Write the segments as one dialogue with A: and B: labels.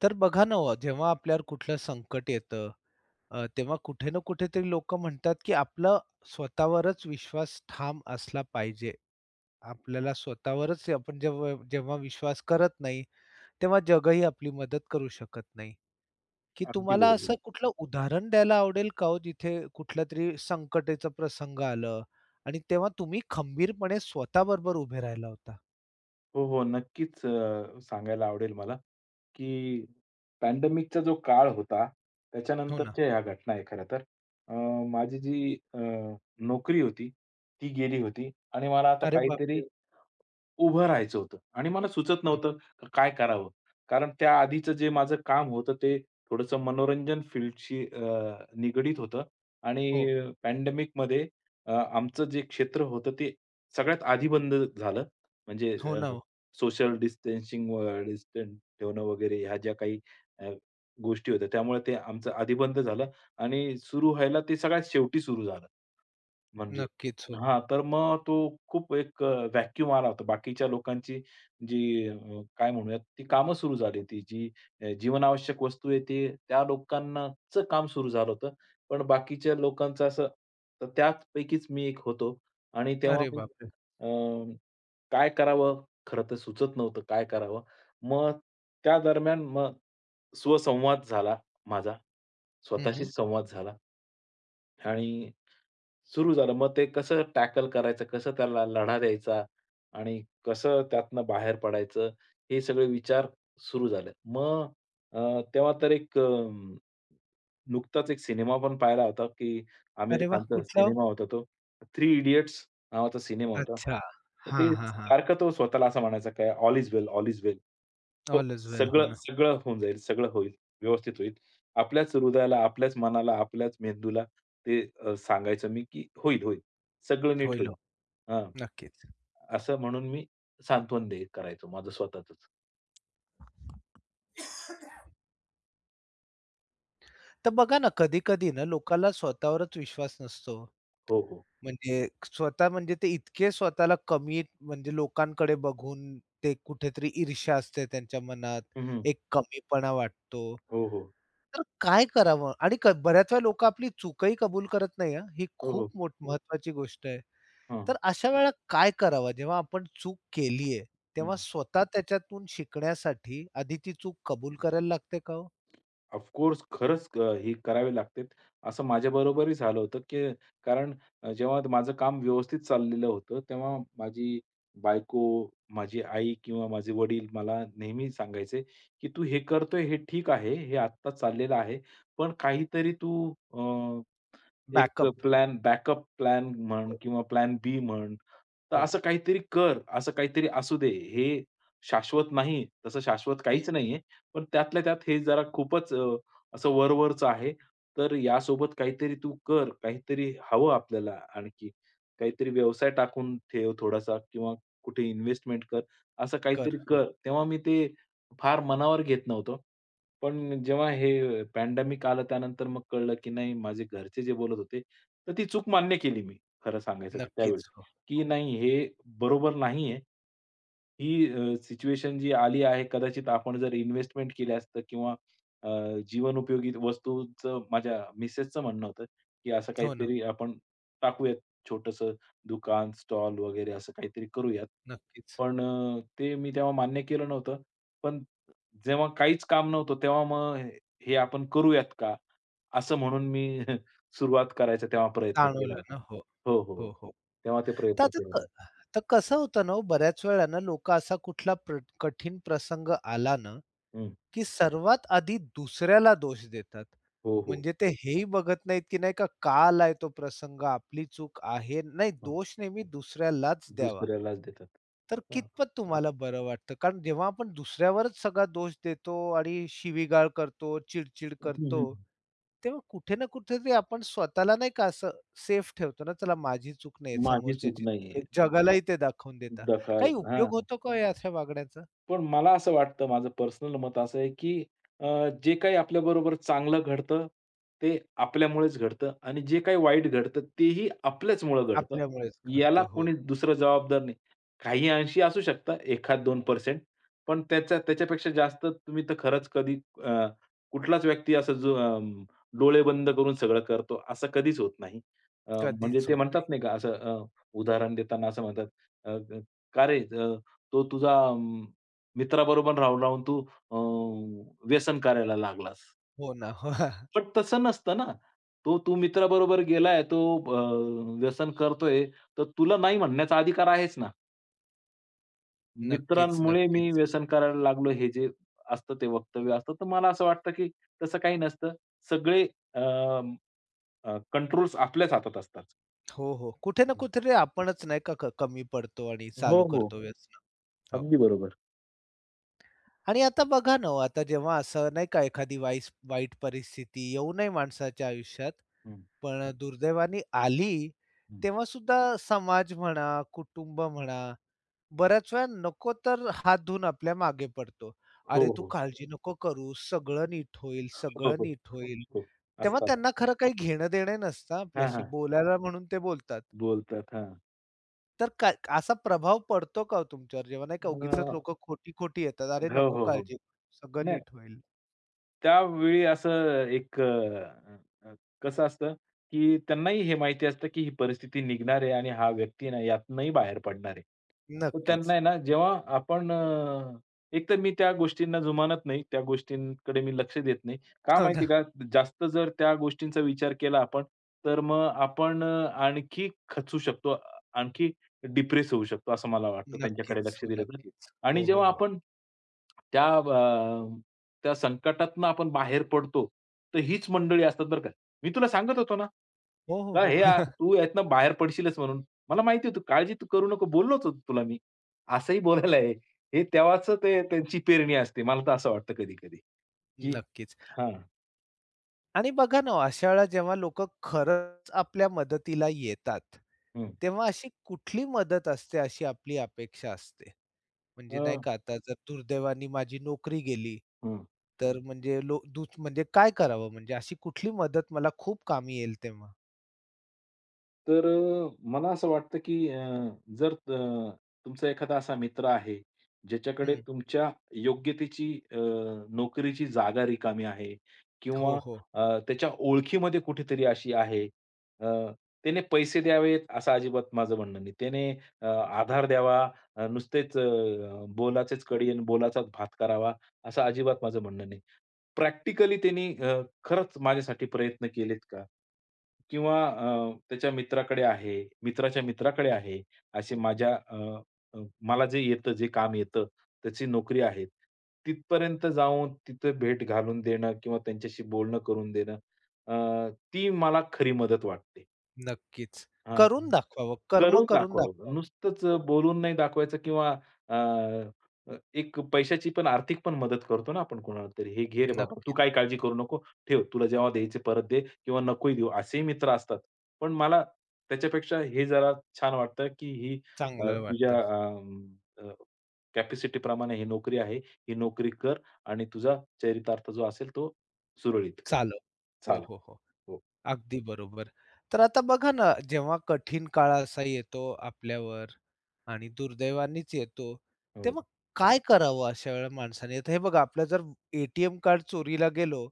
A: तर बघा ना हो, जेव्हा आपल्यावर कुठलं संकट येतं, तेव्हा कुठे ना कुठेतरी लोकं म्हणतात, की आपलं स्वतःवरच विश्वास ठाम असला पाहिजे. आपल्याला स्वतःवरच आपण जेव्हा जेव्हा विश्वास करत नाही, तेव्हा जगही आपली मदत करू शकत नाही. की
B: अगदी
A: तुम्हाला असं
B: बरोबर.
A: कुठलं उदाहरण द्यायला आवडेल का हो, जिथे कुठल्यातरी संकटाचा प्रसंग आलं आणि तेव्हा तुम्ही खंबीरपणे स्वतःबरोबर उभे राहिला होता?
B: हो, हो. नक्कीच सांगायला आवडेल मला, की पॅन्डेमिकचा जो काळ होता,
A: हो ना.
B: त्याच्यानंतरच्या ह्या घटना आहे खरं तर. अ, माझी जी नोकरी होती, ती गेली होती आणि मला आता
A: अरे
B: काहीतरी
A: बापरे!
B: उभं राहायचं होतं आणि मला सुचत
A: हं.
B: नव्हतं काय करावं? कारण त्या आधीचं जे माझं काम होतं ते थोडंसं मनोरंजन फील्डशी निगडीत होतं आणि
A: हो.
B: पॅन्डेमिकमध्ये आमचं जे क्षेत्र होतं ते सगळ्यात आधी बंद झालं. म्हणजे
A: हो ना, हो.
B: सोशल डिस्टन्सिंग व डिस्टन्स ठेवणं वगैरे ह्या ज्या काही अ, गोष्टी होत्या त्यामुळे ते आमचं आधी बंद झालं आणि सुरू व्हायला ते सगळ्यात शेवटी सुरू झालं. म्हणजे
A: नक्कीच, हो.
B: हां, तर मग तो खूप एक व्हॅक्यूम आला होता. बाकीच्या लोकांची जी काय म्हणूयात, ती कामं सुरू झाली होती. जी जीवनावश्यक वस्तू आहे, ती त्या लोकांनाचं काम सुरू झालं होतं. पण बाकीच्या लोकांचं असं तर त्यापैकीच मी एक होतो आणि तेव्हा
A: अरे
B: मी
A: बापरे!
B: अ, काय करावं? खरं तर सुचत नव्हतं काय करावं? मग त्या दरम्यान मग स्वसंवाद झाला माझा.
A: हं, हं.
B: स्वतःशीच संवाद झाला आणि सुरू झालं. मग ते कसं टॅकल करायचं, कसं त्याला लढा द्यायचा आणि कसं त्यातनं बाहेर पडायचं, हे सगळे विचार सुरू झाले. मग अ, तेव्हा तर एक नुकताच एक सिनेमा पण पाहिला होता, की आमिर
A: अरे वाह!
B: खानचा
A: कुठलं ओ?
B: सिनेमा होता तो. थ्री इडियट्स नावाचा सिनेमा होता.
A: अच्छा.
B: तर
A: हां,
B: ते
A: हां, हां.
B: सारखं तो स्वतःला असं म्हणायचा, काय all is well, all is well. हो,
A: ऑल इज वेल हो
B: सगळं
A: ना.
B: सगळं होऊन जाईल, सगळं होईल, व्यवस्थित होईल. आपल्याच हृदयाला, आपल्याच मनाला, आपल्याच मेंदूला ते सांगायचं मी, की "होईल, होईल. सगळं नीट
A: होईल
B: होईल."
A: हो.
B: हां,
A: नक्कीच.
B: असं म्हणून मी सांत्वन करायचो माझं स्वतःचच.
A: तर बघा ना, कधी-कधी ना लोकाला स्वतःवरच विश्वास नसतो.
B: हो, हो.
A: म्हणजे स्वतः म्हणजे ते इतके स्वतःला कमी म्हणजे लोकांकडे बघून ते कुठेतरी ईर्ष्या असते त्यांच्या मनात,
B: हं,
A: एक कमीपणा वाटतो.
B: हो, हो.
A: तर काय करावं? आणि बऱ्याच वेळा लोकं आपली चूकही कबूल करत नाही हां. ही
B: हो,
A: खूप
B: हो.
A: मोठ महत्वाची गोष्ट आहे.
B: हां.
A: तर अशा वेळेला काय करावं? जेव्हा आपण चूक केली आहे,
B: हं.
A: तेव्हा स्वतः त्याच्यातून शिकण्यासाठी आधी ती चूक कबूल करायला लागते का हो?
B: ऑफकोर्स खरंच ही करावी लागते. असं माझ्याबरोबरही झालं होतं, की कारण जेव्हा माझं काम व्यवस्थित चाललेलं होतं, तेव्हा माझी बायको, माझी आई किंवा माझे वडील मला नेहमी सांगायचे, "की तू हे करतोय हे ठीक आहे. हे आत्ता चाललेलं आहे. पण काहीतरी तू एक
A: बॅकअप.
B: प्लॅन बॅकअप प्लॅन म्हण
A: हो,
B: किंवा प्लॅन बी म्हण, तर
A: हो.
B: असं काहीतरी कर, असं काहीतरी असू दे. हे शाश्वत नाही, तसं शाश्वत
A: हं,
B: काहीच नाहीये. पण त्यातल्या त्यात हे जरा खूपच असं वर-वरचं आहे. तर यासोबत काहीतरी तू कर, काहीतरी हवं आपल्याला आणखी. काहीतरी व्यवसाय टाकून ठेव थोडासा किंवा कुठे इन्व्हेस्टमेंट कर, असं
A: कर.
B: काहीतरी
A: हो,
B: कर. तेव्हा मी ते फार मनावर घेत नव्हतो. पण जेव्हा हे पॅन्डेमिक आलं त्यानंतर मग कळलं, की नाही माझे घरचे जे बोलत होते, तर ती चूक मान्य केली मी खरं सांगायचं तर त्यावेळी,
A: नक्कीच. हो,
B: की नाही हे बरोबर नाहीये. ही सिच्युएशन जी आली आहे कदाचित आपण जर इन्व्हेस्टमेंट केली असतं किंवा अ, जीवनोपयोगी वस्तूचं माझ्या मिसेसचं म्हणणं होतं, की असं
A: हो ना,
B: काहीतरी आपण टाकूयात छोटंसं दुकान, स्टॉल वगैरे असं काहीतरी करूयात.
A: नक्कीच.
B: पण ते मी तेव्हा मान्य केलं नव्हतं. पण जेव्हा काहीच काम नव्हतं तेव्हा मग हे हे आपण करूयात का? असं म्हणून मी सुरुवात करायचा तेव्हा प्रयत्न केला
A: जाणवलं
B: होता.
A: ना. हो,
B: हो, हो.
A: हो,
B: हो.
A: हो.
B: तेव्हा ते
A: तर
B: प्रयत्न
A: आता
B: केला होता.
A: क तर कसं होतं ना हो, बऱ्याच वेळा ना लोकं असा कुठला कठीण प्रसंग आला ना,
B: हं.
A: की सर्वात आधी दुसऱ्याला दोष देतात.
B: हो, हो.
A: म्हणजे ते हेही बघत नाहीत, की नाही का का आलाय तो प्रसंग, आपली चूक आहे. नाही,
B: हं.
A: दोष नेहमी दुसऱ्यालाच द्यावा.
B: दुसऱ्यालाच देतात.
A: तर
B: हां.
A: कितपत तुम्हाला बरं वाटतं? कारण जेव्हा आपण दुसऱ्यावरच सगळा दोष देतो आणि शिवीगाळ करतो, चिड
B: हं,
A: करतो,
B: हं.
A: तेव्हा कुठे ना कुठेतरी आपण स्वतःला नाही का असं सेफ ठेवतो ना, चला माझी चूक नाही,
B: माझी चूक
A: समोरच्याची चूक
B: नाहीये.
A: आहे. जगालाही ते दाखवून देता.
B: दखल
A: काही
B: हां.
A: उपयोग होतो का हो या अशा वागण्याचा?
B: पण मला असं वाटतं, माझं पर्सनल मत असं आहे, की अ, जे काही आपल्याबरोबर चांगलं घडतं, ते आपल्यामुळेच घडतं आणि जे काही वाईट घडतं, तेही आपल्याचमुळं घडतं.
A: आपल्यामुळेच
B: याला
A: घडतं. हो.
B: कोणी दुसरं जबाबदार नाही. काही अंशी असू शकतं, 1-2% पण त्याच्या त्याच्यापेक्षा जास्त तुम्ही तर खरंच कधी अ, कुठलाच व्यक्ती असं जो डोळे बंद करून सगळं करतो, असं कधीच होत नाही. अ, म्हणजे
A: कधीच
B: ते
A: होत नाही.
B: म्हणतात नाही का असं उदाहरण देताना असं म्हणतात, अ, "का रे, तो तुझा मित्राबरोबर राहून, राहून तू अ, व्यसन करायला लागलास.
A: हो ना. हो.
B: पण तसं नसतं ना. तो तू मित्राबरोबर गेलाय, तो व्यसन करतोय, तर तुला नाही म्हणण्याचा अधिकार आहेच ना.
A: नक्कीच,
B: मित्रांमुळे मी
A: नक्कीच.
B: व्यसन करायला लागलो हे जे असतं ते वक्तव्य असतं. तर मला असं वाटतं, की तसं काही नसतं. सगळे कंट्रोल्स आपल्याच हातात असतात.
A: हो, हो. कुठे ना
B: हं.
A: कुठेतरी आपणच नाही का कमी पडतो आणि
B: हो,
A: चालू
B: हो.
A: करतो व्यसन. हो.
B: अगदी बरोबर.
A: आणि आता बघा ना हो, आता जेव्हा असं नाही का एखादी वाईट परिस्थिती येऊ नये माणसाच्या आयुष्यात,
B: हं,
A: पण दुर्दैवाने आली,
B: हं.
A: तेव्हा सुद्धा समाज म्हणा, कुटुंब म्हणा बऱ्याच वेळा नको तर हात धुवून आपल्या मागे पडतो. "अरे,
B: हो,
A: तू
B: हो.
A: काळजी नको करू, सगळं नीट होईल,
B: हो,
A: सगळं
B: हो.
A: नीट होईल."
B: हो.
A: तेव्हा
B: असतात.
A: त्यांना खरं काही घेणं-देणं नसतं हां
B: हां,
A: आपल्याशी.
B: हां.
A: बोलायला म्हणून ते बोलतात.
B: बोलतात. हां.
A: तर काय असा प्रभाव पडतो का हो तुमच्यावर जेव्हा नाही का उगीचच
B: अ
A: लोकं खोटी-खोटी येतात, "अरे,
B: हो,
A: नको
B: हो, हो.
A: काळजी करू, सगळं
B: नाही,
A: नीट होईल."
B: त्यावेळी असं एक अ, अ, अ, कसं असतं, की त्यांनाही हे माहिती असतं, की ही परिस्थिती निघणार आहे आणि हा व्यक्ती आहे ना यातनंही बाहेर पडणार आहे. तर त्यांना
A: नक्कीच.
B: आहे ना जेव्हा आपण एकतर मी त्या गोष्टींना जुमानत नाही, त्या गोष्टींकडे मी लक्ष देत नाही. का
A: हो
B: माहिती
A: ना.
B: का? जास्त जर त्या गोष्टींचा विचार केला आपण, तर मग आपण आणखी खचू शकतो, आणखी डिप्रेस होऊ शकतो असं मला वाटतं त्यांच्याकडे
A: नक्कीच.
B: लक्ष
A: हो,
B: दिलं तर.
A: नक्कीच.
B: आणि
A: हो, हो,
B: जेव्हा
A: हो.
B: आपण त्या त्या संकटातनं आपण बाहेर पडतो, तर हीच मंडळी असतात बरं का. मी तुला सांगत होतो ना,
A: हो, हो,
B: का हे
A: हो.
B: तू यातनं बाहेर पडशीलच म्हणून. मला माहिती होतं, काळजी तू करू नको बोललोच होतो तुला मी. असंही बोलायला आहे. हे तेव्हाच ते त्यांची पेरणी असते. मला तर असं वाटतं कधी-कधी, की
A: नक्कीच.
B: हां.
A: आणि बघा ना, अशा वेळेला जेव्हा लोकं खरंच आपल्या मदतीला येतात,
B: हं.
A: तेव्हा अशी कुठली मदत असते अशी आपली अपेक्षा असते?
B: अ,
A: म्हणजे नाही का आता जर दुर्दैवाने माझी नोकरी गेली,
B: हं.
A: तर म्हणजे लो दूत म्हणजे काय करावं? म्हणजे अशी कुठली मदत मला खूप कामी येईल तेव्हा?
B: तर मला असं वाटतं की जर तुमचा एखादा असा मित्र आहे, ज्याच्याकडे
A: हं.
B: तुमच्या योग्यतेची नोकरीची जागा रिकामी आहे
A: हो,
B: किंवा
A: हो.
B: त्याच्या ओळखीमध्ये कुठेतरी अशी आहे, अ, त्याने पैसे द्यावेत असं अजिबात माझं म्हणणं नाही. त्याने आधार द्यावा, नुसतेच "बोलाचेच कडी आणि बोलाचाच भात करावा" असं अजिबात माझं म्हणणं नाही. प्रॅक्टिकली त्यांनी खरंच माझ्यासाठी प्रयत्न केलेत का? किंवा त्याच्या मित्राकडे आहे, मित्राच्या मित्राकडे आहे, असे माझ्या अ, अ, मला जे येतं, जे काम येतं, त्याची नोकरी आहे. तिथपर्यंत जाऊन तिथे भेट घालून देणं किंवा त्यांच्याशी बोलणं करून देणं, ती मला खरी मदत वाटते.
A: नक्कीच.
B: हां.
A: करून दाखवावं, कर्म
B: करून
A: करून
B: दाखवावं.
A: दाखवावं.
B: नुसतंच
A: हो,
B: बोलून नाही दाखवायचं किंवा अ, अ, एक पैशाची पण आर्थिक पण मदत करतो ना आपण कोणाला तरी. "हे घे रे बाबा, तू
A: नक्कीच.
B: काही काळजी करू नको. ठेव, तुला जेव्हा द्यायचे परत दे किंवा नकोही देऊ." असेही मित्र असतात. पण मला त्याच्यापेक्षा हे जरा छान वाटतं, की ही
A: चांगलं
B: तुझ्या
A: वाटतं.
B: अ, ही नोकरी आहे. ही नोकरी कर आणि तुझा चरितार्थ जो असेल तो सुरळीत कर.
A: चालेल. हो,
B: चालेल.
A: हो, हो.
B: हो,
A: अगदी बरोबर. तर आता बघा ना, जेव्हा कठीण काळ असा येतो आपल्यावर आणि दुर्दैवानेच येतो,
B: हो.
A: तेव्हा काय करावं अशा वेळेला माणसाने? आता हे बघा, आपलं जर ATM कार्ड चोरीला गेलो,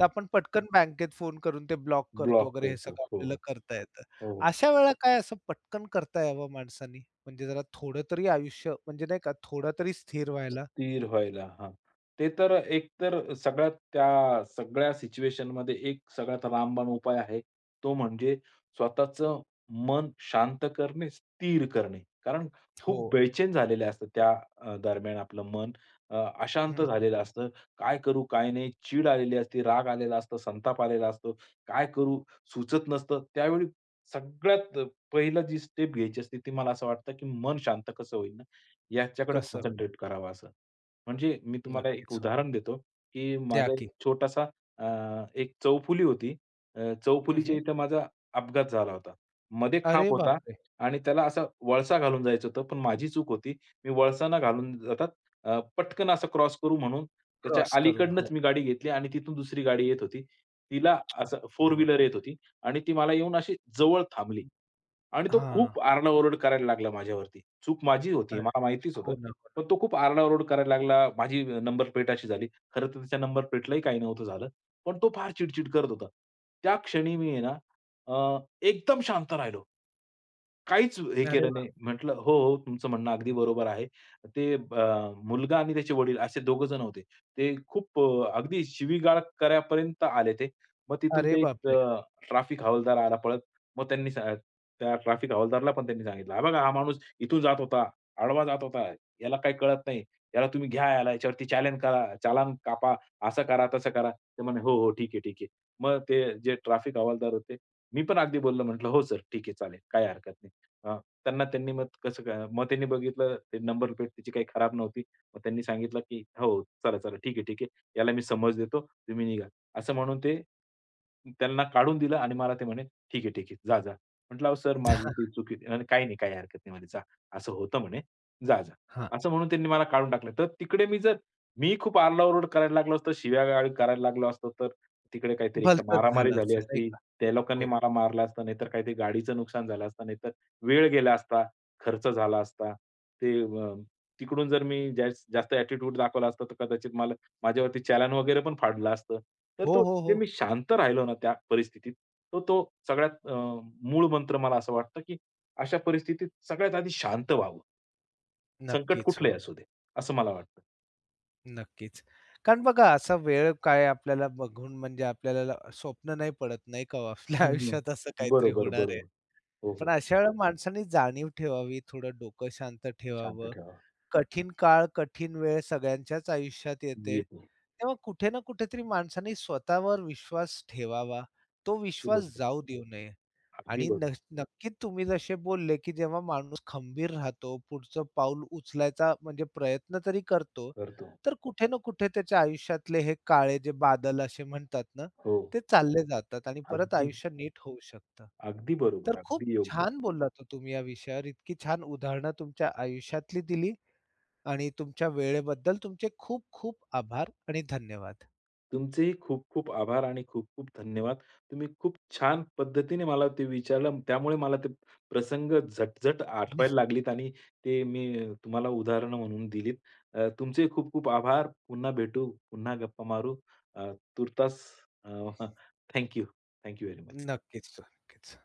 A: तर आपण पटकन बँकेत फोन करून ते ब्लॉक करतो
B: ब्लॉक
A: वगैरे हे
B: करतो.
A: सगळं
B: हो,
A: आपल्याला
B: हो.
A: करता येतं.
B: हो, हो.
A: अशा वेळेला काय असं पटकन करता यावं माणसानी? म्हणजे जरा थोडं तरी आयुष्य म्हणजे नाही का थोडं तरी स्थिर व्हायला?
B: स्थिर व्हायला. हां. ते तर एकतर सगळ्यात त्या सगळ्या सिच्युएशनमध्ये एक सगळ्यात रामबाण उपाय आहे. तो म्हणजे स्वतःचं मन शांत करणे, स्थिर करणे. कारण खूप
A: हो.
B: बेचैन झालेले असतं त्या दरम्यान आपलं मन अशांत
A: हं, हं,
B: झालेलं
A: हं.
B: असतं. काय करू, काय नाही? चीड आलेली असते, राग आलेला असतो, संताप आलेला असतो. काय करू? सुचत नसतं. त्यावेळी सगळ्यात पहिलं जी स्टेप घ्यायची असते, ती मला असं वाटतं, की मन शांत कसं होईल? याच्याकडे
A: कसं होईल?
B: कॉन्सन्ट्रेट करावं असं. म्हणजे मी तुम्हाला एक
A: नक्कीच हो.
B: उदाहरण देतो, की
A: द्या
B: माझा एक
A: की.
B: छोटासा अ, एक चौफुली होती.
A: हं,
B: चौफुलीच्या
A: हं.
B: इथे माझा अपघात झाला होता. मध्ये खांब
A: अरे
B: होता
A: बापरे!
B: आणि त्याला असा वळसा घालून जायचं होतं, पण माझी चूक होती. मी वळसा न घालून जातात पटकन असं क्रॉस करू म्हणून त्याच्या
A: क्रॉस करून. हो.
B: अलीकडनंच मी गाडी घेतली आणि तिथून दुसरी गाडी येत होती. तिला असं 4
A: अरे
B: व्हीलर
A: बापरे!
B: येत होती आणि ती मला येऊन अशी जवळ थांबली. आणि तो
A: हां.
B: खूप आरडाओरड करायला लागला माझ्यावरती. चूक माझी होती,
A: अरे
B: मला माहितीच होतं.
A: हो ना, हो
B: पण तो खूप आरडाओरड करायला लागला. माझी नंबर प्लेट अशी झाली. खरं तर त्याच्या नंबर प्लेटलाही काही नव्हतं झालं. पण तो फार चिडचिड करत होता. त्या क्षणी मी आहे ना, अ, एकदम शांत राहिलो. काहीच हे
A: ना. अरे
B: केलं नाही.
A: वाह!
B: म्हटलं, "हो, हो, तुमचं म्हणणं अगदी बरोबर आहे." ते मुलगा आणि त्याचे वडील असे दोघंजण होते. ते खूप अगदी शिवीगाळ करापर्यंत आले ते. मग तिथून
A: अरे
B: ते एक
A: बापरे!
B: हवालदार आला पळत. मग त्यांनी त्या ट्रॅफिक हवालदारला पण त्यांनी सांगितलं, "हा बघा, हा माणूस इथून जात होता, आडवा जात होता. याला काही कळत नाही. याला तुम्ही घ्या याला. याच्यावरती चालान करा चालान कापा. असं करा, तसं करा." ते म्हणे, "हो, हो, ठीक आहे, ठीक आहे." मग ते जे ट्रॅफिक हवालदार होते, मी पण अगदी बोललो म्हटलं, "हो सर, ठीक आहे, चालेल. काही हरकत नाही." हां. त्यांना त्यांनी मग कसं काय मग त्यांनी बघितलं ते नंबर प्लेट तिची काही खराब नव्हती. मग त्यांनी सांगितलं, की "हो, चला, चला, ठीक आहे, ठीक आहे. याला मी समज देतो, तुम्ही निघा." असं म्हणून ते त्यांना काढून दिलं आणि मला ते म्हणे, "ठीक आहे, ठीक आहे. जा, जा." म्हटलं, "अहो सर, माझी ती चुकी" "काही नाही, काही हरकत नाही," म्हणे, "जा. असं होतं," म्हणे, "जा, जा."
A: हां.
B: असं म्हणून त्यांनी मला काढून टाकलं. तर तिकडे मी जर खूप आरडाओरड करायला लागलो असतो, शिव्या-गाळी करायला लागलो असतो, तर तिकडे काहीतरी एकतर
A: भलतंच
B: मारामारी
A: झालं
B: झाली
A: असतं नाही
B: असती.
A: का?
B: त्या लोकांनी
A: हो.
B: मला मारलं असतं, नाहीतर काहीतरी गाडीचं नुकसान झालं असतं, नाहीतर वेळ गेला असता, खर्च झाला असता. ते तिकडून जर मी जास्त ॲटिट्यूड दाखवला असता, तर कदाचित मला माझ्यावरती चलान वगैरे पण फाडलं असतं. तर
A: हो,
B: तो
A: हो,
B: जे
A: हो.
B: मी शांत राहिलो ना त्या परिस्थितीत, तो तो सगळ्यात मूळ मंत्र मला असं वाटतं, की अशा परिस्थितीत सगळ्यात आधी शांत व्हावं. संकट
A: नक्कीच हो.
B: कुठलंही असू दे, असं मला वाटतं.
A: नक्कीच. कारण बघा असा वेळ काय आपल्याला बघून म्हणजे आपल्याला स्वप्न नाही पडत नाही का हो आपल्या
B: हं,
A: आयुष्यात असं काहीतरी
B: बरोबर,
A: होणार आहे.
B: बरोबर. हो,
A: पण
B: हो.
A: अशा वेळेला माणसाने जाणीव ठेवावी, थोडं डोकं शांत
B: शांत
A: ठेवावं.
B: ठेवावं.
A: कठीण काळ, कठीण वेळ सगळ्यांच्याच आयुष्यात येते.
B: येतो.
A: तेव्हा कुठे ना कुठेतरी माणसाने स्वतःवर विश्वास ठेवावा. तो
B: अगदी
A: विश्वास
B: बरोबर.
A: जाऊ देऊ नये
B: अगदी
A: आणि
B: बरोबर.
A: नक्कीच तुम्ही जसे बोलले, की जेव्हा माणूस खंबीर राहतो, पुढचं पाऊल उचलायचा म्हणजे प्रयत्न तरी करतो,
B: करतो.
A: तर कुठे ना कुठे त्याच्या आयुष्यातले हे काळे जे बादल असे म्हणतात ना,
B: हो.
A: ते चालले जातात आणि परत
B: अगदी,
A: आयुष्य नीट होऊ शकतं.
B: अगदी
A: तर
B: बरोबर.
A: खूप
B: अगदी योग्य.
A: छान बोललात हो तुम्ही या विषयावर. इतकी छान उदाहरणं तुमच्या आयुष्यातली दिली आणि तुमच्या वेळेबद्दल तुमचे खूप खूप आभार आणि धन्यवाद.
B: तुमचेही खूप खूप आभार आणि खूप खूप धन्यवाद. तुम्ही खूप छान पद्धतीने मला ते विचारलं. त्यामुळे मला ते प्रसंग झटझट आठवायला लागलीत आणि ते मी तुम्हाला उदाहरणं म्हणून दिलीत. तुमचे खूप खूप आभार. पुन्हा भेटू, पुन्हा गप्पा मारू. अ, तूर्तास अ, थँक व्हेरी
A: हं,
B: मच.
A: नक्कीच, नक्कीच.